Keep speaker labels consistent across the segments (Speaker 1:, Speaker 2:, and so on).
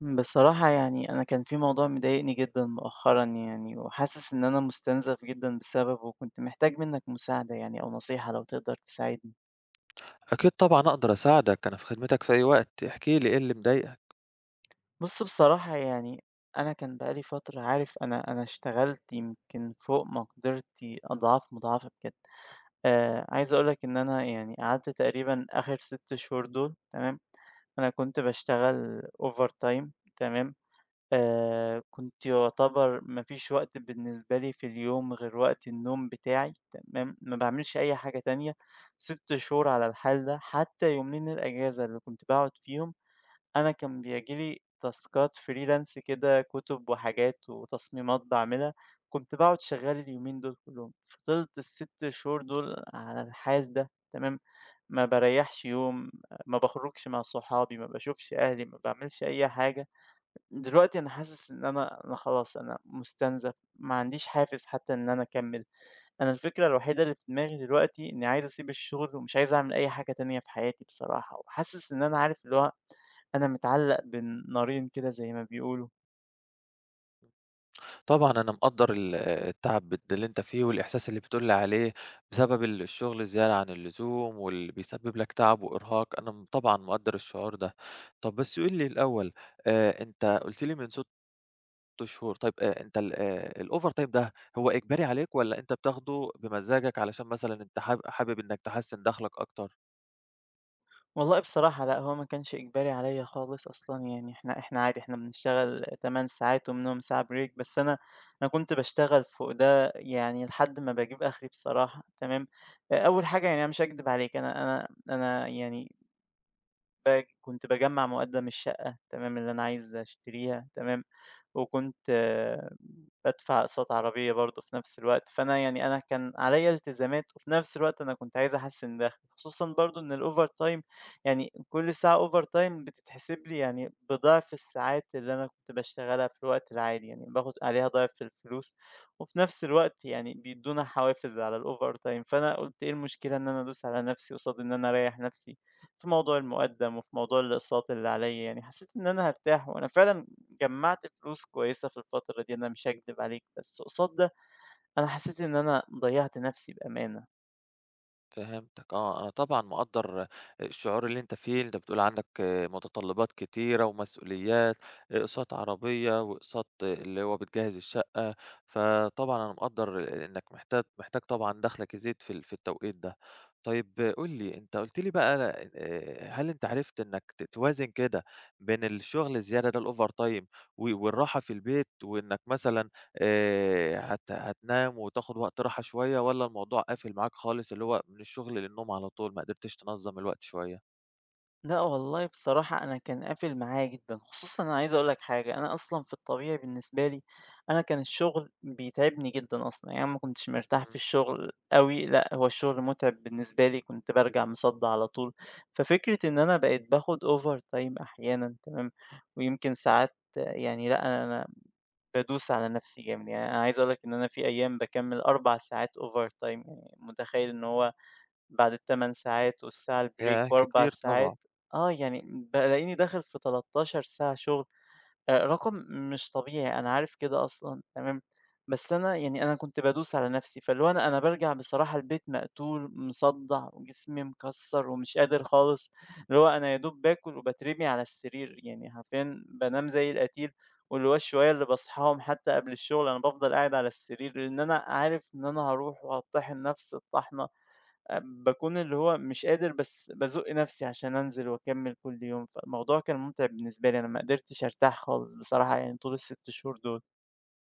Speaker 1: بصراحة يعني أنا كان في موضوع مضايقني جدًا مؤخرًا يعني، وحاسس إن أنا مستنزف جدًا بسببه، وكنت محتاج منك مساعدة يعني أو نصيحة لو تقدر تساعدني.
Speaker 2: أكيد طبعًا أقدر أساعدك، أنا في خدمتك في أي وقت، احكِ لي إيه اللي مضايقك؟
Speaker 1: بُص بصراحة يعني أنا كان بقى لي فترة عارف أنا اشتغلت يمكن فوق مقدرتي أضعاف مضاعفة بجد. عايز أقول لك إن أنا يعني قعدت تقريبًا آخر 6 شهور دول تمام، أنا كنت باشتغل overtime تمام، كنت يُعتبر ما فيش وقت بالنسبة لي في اليوم غير وقت النوم بتاعي، تمام، ما باعملش أي حاجة تانية، 6 شهور على الحال ده، حتى يومين الأجازة اللي كنت باقعد فيهم أنا كان بيجي لي تاسكات freelance كده كُتب وحاجات وتصميمات باعملها، كنت باقعد شغّال اليومين دول كلّهم، فضلت ال6 شهور دول على الحال ده، تمام، ما باريّحش يوم، ما باخرجش مع صحابي، ما باشوفش أهلي، ما باعملش أي حاجة. دلوقتي أنا حاسس إن أنا خلاص أنا مُستنزف، ما عنديش حافز حتى إن أنا أكمّل، أنا الفكرة الوحيدة اللي في دماغي دلوقتي إني عايز أسيب الشغل ومش عايز أعمل أي حاجة تانية في حياتي بصراحة، وحاسس إن أنا عارف اللي هو أنا متعلّق بين نارين كده زي ما بيقولوا.
Speaker 2: طبعًا أنا مقدّر التعب اللي أنت فيه والإحساس اللي بتقول لي عليه بسبب الشغل الزيادة عن اللزوم واللي بيسبب لك تعب وإرهاق، أنا طبعًا مقدّر الشعور ده. طب بس قُل لي الأول، أنت قُلت لي من 6 شهور، طيب أنت ال الovertime ده هو إجباري عليك والّا أنت بتاخده بمزاجك علشان مثلًا أنت حابب إنّك تحسّن دخلك أكتر؟
Speaker 1: والله بصراحة لأ، هو ما كانش إجباري عليّا خالص أصلًا يعني إحنا عادي إحنا بنشتغل 8 ساعات ومنهم ساعة break بس أنا كنت باشتغل فوق ده يعني لحد ما باجيب آخري بصراحة، تمام؟ أول حاجة يعني أنا مش هاكدب عليك أنا يعني كنت باجمّع مواد من الشقة تمام، اللي أنا عايز أشتريها تمام، وكنت بادفع أقساط عربية برضه في نفس الوقت، فأنا يعني أنا كان عليّا التزامات وفي نفس الوقت أنا كنت عايز أحسّن دخلي، خصوصًا برضه إن الovertime يعني كل ساعة overtime بتتحسب لي يعني بضعف الساعات اللي أنا كنت باشتغلها في الوقت العادي، يعني باخد عليها ضِعف الفلوس وفي نفس الوقت يعني بيدّونا حوافز على الovertime، فأنا قُلت إيه المشكلة إن أنا أدوس على نفسي قصاد إن أنا أريّح نفسي في موضوع المُقدّم وفي موضوع الأقساط اللي عليّا، يعني حسّيت إن أنا هارتاح وأنا فعلًا جمّعت فلوس كويسة في الفترة دي أنا مش هاكدب عليك، بس قصاد ده أنا حسيت إن أنا ضيّعت نفسي بأمانة.
Speaker 2: فهمتك آه، أنا طبعًا مقدّر الشعور اللي أنت فيه، أنت بتقول عندك متطلبات كتيرة ومسؤوليات، أقساط عربية وأقساط اللي هو بتجهّز الشقة، فطبعًا أنا مقدّر إنك محتاج طبعًا دخلك يزيد في التوقيت ده. طيب قُل لي، أنت قُلت لي بقى هل أنت عرفت إنك توازن كده بين الشغل الزيادة ده الovertime والراحة في البيت، وإنك مثلًا هت هتنام وتاخد وقت راحة شوية والّا الموضوع قافل معاك خالص، اللي هو من الشغل للنوم على طول ما قدرتش تنظّم الوقت شوية؟
Speaker 1: لأ والله بصراحة أنا كان قافل معايا جدًا، خصوصًا أنا عايز أقول لك حاجة، أنا أصلًا في الطبيعي بالنسبة لي أنا كان الشغل بيتعبني جدًا أصلًا، يعني أنا ما كنتش مرتاح في
Speaker 2: إمم،
Speaker 1: الشغل أوي، لأ هو الشغل متعب بالنسبة لي، كنت بارجع مصدّع على طول. ففكرة إن أنا بقيت باخد overtime أحيانًا تمام، ويمكن ساعات يعني لأ أنا بادوس على نفسي جامد، يعني أنا عايز أقول لك إن أنا في أيام باكمّل 4 ساعات overtime يعني متخيّل إن هو بعد ال8 ساعات والساعة الbreak
Speaker 2: ياه!
Speaker 1: و4
Speaker 2: كتير طبعًا.
Speaker 1: ساعات آه، يعني بالاقيني داخل في 13 ساعة شغل. رقم مش طبيعي، أنا عارف كده أصلًا تمام، بس أنا يعني أنا كنت بادوس على نَفْسي، فاللي هو أنا بارجع بصراحة البيت مقتول، مصدّع وجسمي مكسّر ومش قادر خالص، اللي هو أنا يا دوب باكل وباترمي على السرير، يعني حرفيًا بانام زي القتيل، واللي هو الشوية اللي باصحاهم حتى قبل الشغل أنا بافضل قاعد على السرير، لإن أنا عارف إن أنا هاروح وهاطّحن نَفْس الطَحنة باكون اللي هو مش قادر بس بازُق نَفْسي عشان أنزل وأكمّل كل يوم، فالموضوع كان مُتعب بالنسبة لي، أنا ما قدرتش أرتاح خالص بصراحة يعني طول ال6 شهور دُول.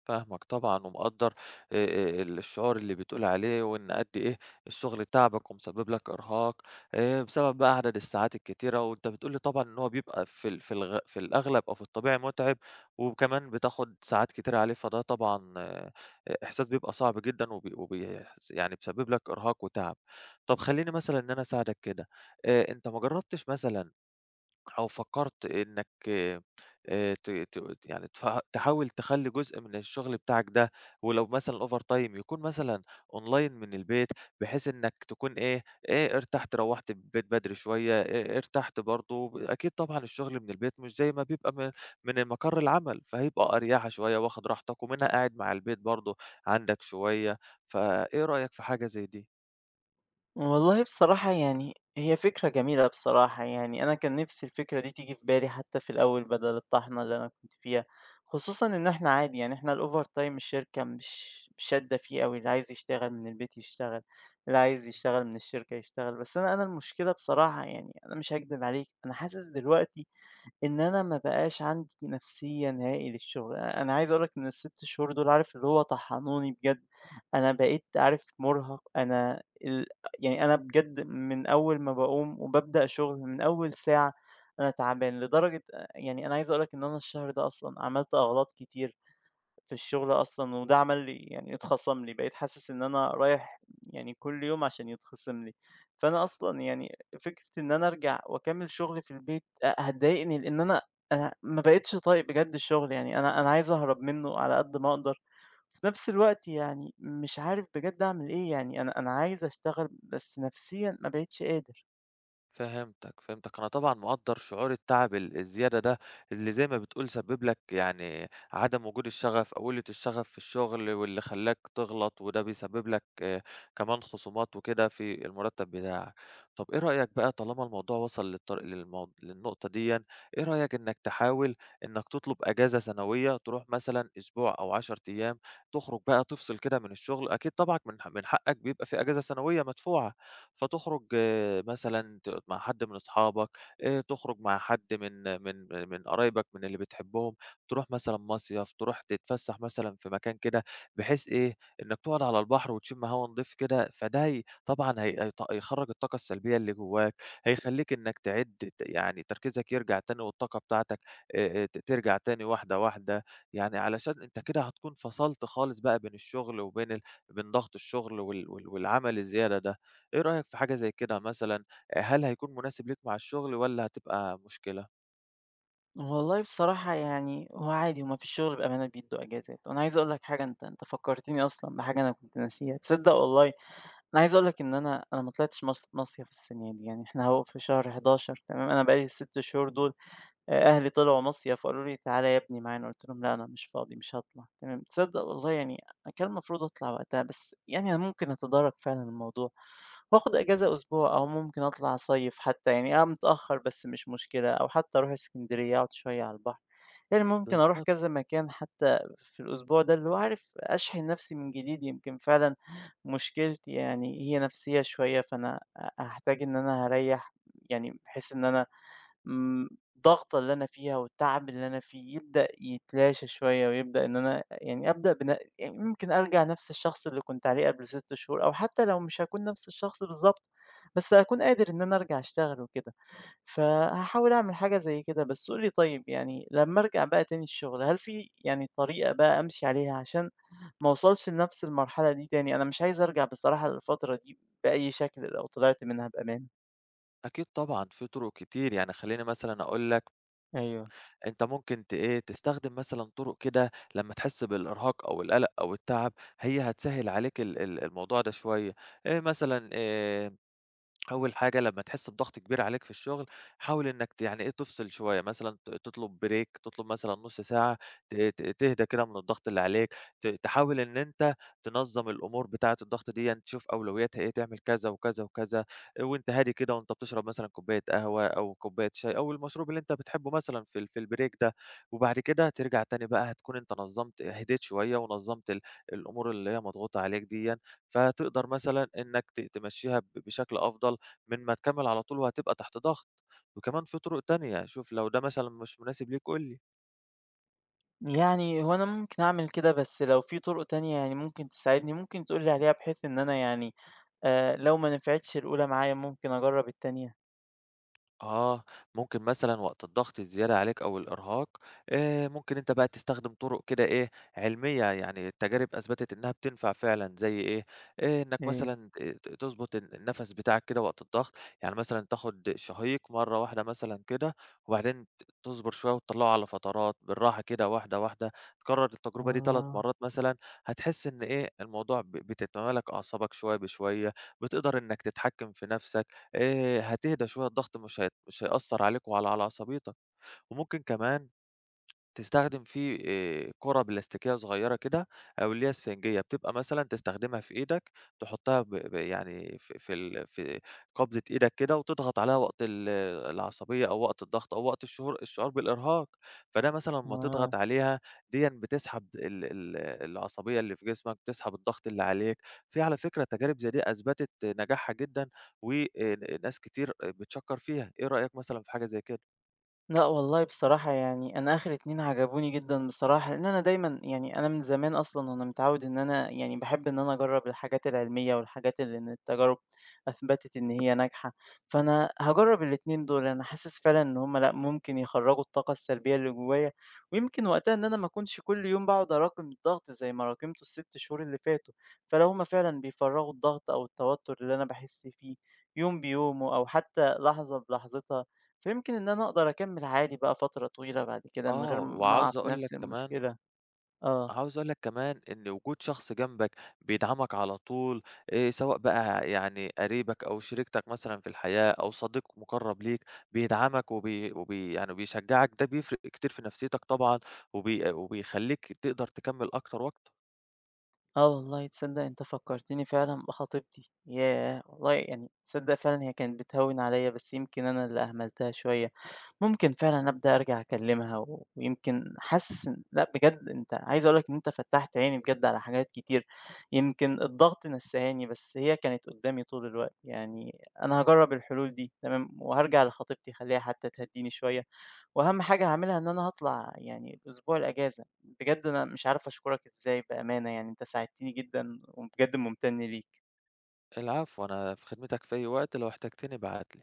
Speaker 2: فاهمك طبعًا ومقدّر آآ الشعور اللي بتقول عليه، وإن قد إيه الشغل تعبك ومسبب لك إرهاق بسبب بقى عدد الساعات الكتيرة، وأنت بتقول لي طبعًا إن هو بيبقى في الأغلب أو في الطبيعي مُتعب، وكمان بتاخد ساعات كتيرة عليه، فده طبعًا إحساس بيبقى صعب جدًا وبيحس يعني بيسبب لك إرهاق وتعب. طب خلّيني مثلًا إن أنا أساعدك كده، أنت ما جرّبتش مثلًا أو فكرت إنك ت ت يعني تف تحاول تخلّي جزء من الشغل بتاعك ده، ولو مثلًا overtime يكون مثلًا online من البيت، بحيث إنك تكون إيه، ارتحت روّحت البيت بدري شوية، ارتحت برضه، أكيد طبعًا الشغل من البيت مش زي ما بيبقى من مقر العمل، فهيبقى أريحة شوية واخد راحتك، ومنها قاعد مع البيت برضه عندك شوية، فإيه رأيك في حاجة زي دي؟
Speaker 1: والله بصراحة يعني هي فكرة جميلة بصراحة، يعني أنا كان نِفْسي الفكرة دي تيجي في بالي حتى في الأول بدل الطحنة اللي أنا كنت فيها، خصوصًا إن إحنا عادي يعني إحنا الovertime الشركة مش شادّة فيه أوي، اللي عايز يشتغل من البيت يشتغل، اللي عايز يشتغل من الشركة يشتغل، بس أنا المشكلة بصراحة يعني أنا مش هاكدب عليك، أنا حاسس دلوقتي إن أنا ما بقاش عندي نفسية نهائي للشغل، أنا عايز أقول لك إن ال6 شهور دول عارف اللي هو طحنوني بجد، أنا بقيت عارف مرهق، أنا ال يعني أنا بجد من أول ما باقوم وبابدأ شغل من أول ساعة أنا تعبان، لدرجة يعني أنا عايز أقول لك إن أنا الشهر ده أصلًا عملت أغلاط كتيرة. في الشغل أصلًا، وده عمل لي يعني اتخصم لي، بقيت حاسس إن أنا رايح يعني كل يوم عشان يتخصم لي، فأنا أصلًا يعني فكرة إن أنا أرجع وأكمّل شغل في البيت هتضايقني، لإن أنا ما بقيتش طايق بجد الشغل، يعني أنا عايز أهرب منه على قد ما أقدر، وفي نفس الوقت يعني مش عارف بجد أعمل إيه، يعني أنا عايز أشتغل بس نفسيًا ما بقيتش قادر.
Speaker 2: فهمتك، فهمتك. أنا طبعًا مقدّر شعور التعب الزيادة ده، اللي زي ما بتقول سبِّب لك يعني عدم وجود الشغف أو قلة الشغف في الشغل، واللي خلّاك تغلط، وده بيسبِّب لك آه، كمان خصومات وكده في المرتّب بتاعك. طَب إيه رأيك بقى طالما الموضوع وصل للطر للمو للنقطة ديًا، إيه رأيك إنك تحاول إنك تطلب إجازة سنوية، تروح مثلًا أسبوع أو 10 أيام، تخرج بقى تفصل كده من الشغل، أكيد طبعًا من حقك بيبقى في إجازة سنوية مدفوعة. فتخرج مثلًا مع حد من أصحابك، تخرج مع حد من من قرايبك، من اللي بتحبهم، تروح مثلًا مصيف، تروح تتفسّح مثلًا في مكان كده، بحيث إيه، إنك تقعد على البحر وتشم هوا نضيف كده، فده هي طبعًا هي هيط هيخرّج الطاقة السلبية اللي جواك، هيخلّيك إنك تعِد ت يعني تركيزك يرجع تاني والطاقة بتاعتك ت ترجع تاني واحدة، واحدة، يعني علشان أنت كده هتكون فصلت خالص بقى بين الشغل وبين ال بين ضغط الشغل والعمل الزيادة ده. إيه رأيك في حاجة زي كده مثلًا، هل هيكون مناسب ليك مع الشغل والّا هتبقى مشكلة؟
Speaker 1: والله بصراحة يعني هو عادي هُم في الشغل بأمانة بيدّوا أجازات، وأنا عايز أقول لك حاجة أنت فكّرتني أصلًا بحاجة أنا كنت ناسيها، تصدّق والله أنا عايز أقول لك إن أنا ما طلعتش مصيف السنة دي، يعني إحنا أهو في شهر 11 تمام، أنا بقى لي ال6 شهور دول أهلي طلعوا مصيف وقالوا لي: "تعالَ يا ابني معانا." قُلت لهم: "لأ، أنا مش فاضي، مش هاطلع." تمام، تصدّق والله يعني أنا كان المفروض أطلع وقتها، بس يعني أنا ممكن أتدارك فعلًا الموضوع وآخُد إجازة أسبوع أو ممكن أطلع أصيّف حتى يعني آه، متأخّر بس مش مشكلة أو حتى أروح إسكندرية أقعد شوية على البحر. يعني ممكن أروح
Speaker 2: بالضبط،
Speaker 1: كذا مكان حتى في الأسبوع ده اللي هو عارف أشحن نَفْسي من جديد، يمكن فعلًا مشكلتي يعني هي نَفْسيّة شوية، فأنا هاحتاج إن أنا هاريّح يعني بحيث إن أنا امم، الضغطة اللي أنا فيها والتعب اللي أنا فيه يبدأ يتلاشى شوية، ويبدأ إن أنا يعني أبدأ يعني ممكن أرجع نفس الشخص اللي كنت عليه قبل 6 شهور، أو حتى لو مش هاكون نفس الشخص بالضبط، بس هاكون قادر إن أنا أرجع أشتغل وكده، فهاحاول أعمل حاجة زي كده. بس قُل لي طيب يعني لمّا أرجع بقى تاني الشغل، هل في يعني طريقة بقى أمشي عليها عشان ما أوصلش لنفس المرحلة دي تاني؟ أنا مش عايز أرجع بصراحة للفترة دي بأي شكل لو طلعت منها بأمان.
Speaker 2: أكيد طبعًا في طرق كتير، يعني خلّيني مثلًا أقول لك
Speaker 1: أيوه.
Speaker 2: أنت ممكن ت إيه، تستخدم مثلًا طرق كده لمّا تحس بالإرهاق أو القلق أو التعب، هي هتسهّل عليك ال ال الموضوع ده شوية، مثلًا أول حاجة لمّا تحس بضغط كبير عليك في الشغل، حاول إنّك يعني إيه، تفصل شوية مثلًا تطلب break تطلب مثلًا نُص ساعة ت ت تهدى كده من الضغط اللي عليك، تحاول إن أنت تنظّم الأمور بتاعة الضغط ديًّا، تشوف أولوياتها إيه، تعمل كذا وكذا وكذا، وأنت هادي كده وأنت بتشرب مثلًا كوباية قهوة أو كوباية شاي أو المشروب اللي أنت بتحبه مثلًا في الbreak ده، وبعد كده ترجع تاني بقى هتكون أنت نظّمت هديت شوية ونظّمت الأمور اللي هي مضغوطة عليك ديًّا، فتقدر مثلًا إنّك تمشّيها بشكل أفضل. من ما تكمّل على طول وهتبقى تحت ضغط، وكمان في طرق تانية، شوف لو ده مثلًا مش مناسب ليك قُل لي.
Speaker 1: يعني هو أنا ممكن أعمل كده، بس لو في طُرق تانية يعني ممكن تساعدني، ممكن تقول لي عليها بحيث إن أنا يعني لو ما نفعتش الأولى معايا ممكن أجرّب التانية؟
Speaker 2: آه، ممكن مثلًا وقت الضغط الزيادة عليك أو الإرهاق، ممكن أنت بقى تستخدم طرق كده إيه، علمية، يعني التجارب أثبتت إنها بتنفع فعلًا زي إيه، إنك
Speaker 1: إيه؟
Speaker 2: مثلًا ت ت تضبط النَفَس بتاعك كده وقت الضغط، يعني مثلًا تاخد شهيق مرة واحدة مثلًا كده، وبعدين تصبر شوية وتطلّعه على فترات بالراحة كده واحدة، واحدة، تكرر التجربة دي 3
Speaker 1: آه،
Speaker 2: مرات مثلًا، هتحس إن إيه، الموضوع بتتمالك أعصابك شوية بشوية، بتقدر إنك تتحكم في نَفْسك. هتهدى شوية الضغط مش هيأثّر عليك على عصبيتك، وممكن كمان تستخدم فيه كُرة بلاستيكية صغيّرة كده أو اللي هي إسفنجية، بتبقى مثلًا تستخدمها في إيدك تحطها ب ب يعني في في ال في قبضة إيدك كده وتضغط عليها وقت العصبية أو وقت الضغط أو وقت الشعور بالإرهاق، فده مثلًا لمّا تضغط
Speaker 1: آه.
Speaker 2: عليها ديًا بتسحب ال ال العصبية اللي في جسمك، بتسحب الضغط اللي عليك، في على فكرة تجارب زي دي أثبتت نجاحها جدًا و ناس كتير بتشكّر فيها، إيه رأيك مثلًا في حاجة زي كده؟
Speaker 1: لأ والله بصراحة يعني أنا آخر 2 عجبوني جدًا بصراحة، لإن أنا دايمًا يعني أنا من زمان أصلًا وأنا متعود إن أنا يعني باحب إن أنا أجرّب الحاجات العلمية والحاجات اللي إن التجارب أثبتت إن هي ناجحة، فأنا هاجرّب الاتنين دول، أنا حاسس فعلًا إن هم لأ ممكن يخرّجوا الطاقة السلبية اللي جوايا، ويمكن وقتها إن أنا ما أكونش كل يوم باقعد أراكم الضغط زي ما راكمته ال6 شهور اللي فاتوا، فلو هم فعلًا بيفرّغوا الضغط أو التوتر اللي أنا باحس فيه يوم بيومه أو حتى لحظة بلحظتها فيمكن إن أنا أقدر أكمّل عادي بقى فترة طويلة بعد كده من غير
Speaker 2: آه،
Speaker 1: ما أقع
Speaker 2: وعاوز
Speaker 1: في
Speaker 2: أقول لك
Speaker 1: نفس
Speaker 2: كمان
Speaker 1: المشكلة، آه.
Speaker 2: عاوز أقول لك كمان إن وجود شخص جنبك بيدعمك على طول، سواء بقى يعني قريبك أو شريكتك مثلًا في الحياة أو صديق مُقرّب ليك بيدعمك وبي وبي يعني بيشجّعك، ده بيفرق كتير في نفسيتك طبعًا وبيخلّيك تقدر تكمّل أكتر وأكتر.
Speaker 1: آه والله تصدّق أنت فكّرتني فعلًا بخطيبتي، ياه! والله يعني تصدّق فعلًا هي كانت بتهوِّن عليَّ بس يمكن أنا اللي أهملتها شوية، ممكن فعلًا أبدأ أرجع أكلّمها ويمكن حاسس إن لأ بجد عايز أقول لك إن أنت فتّحت عيني بجد على حاجات كتير، يمكن الضغط نسّاهاني بس هي كانت قدّامي طول الوقت، يعني أنا هاجرّب الحلول دي تمام، وهارجع لخطيبتي أخلّيها حتى تهدّيني شوية، وأهم حاجة هاعملها إن أنا هاطلع يعني الأسبوع الأجازة. بجد أنا مش عارف أشكرك إزاي بأمانة يعني أنت ساعدتني جدًا وبجد ممتن ليك.
Speaker 2: العفو، أنا في خدمتك في أي وقت، لو احتجتني ابعت لي.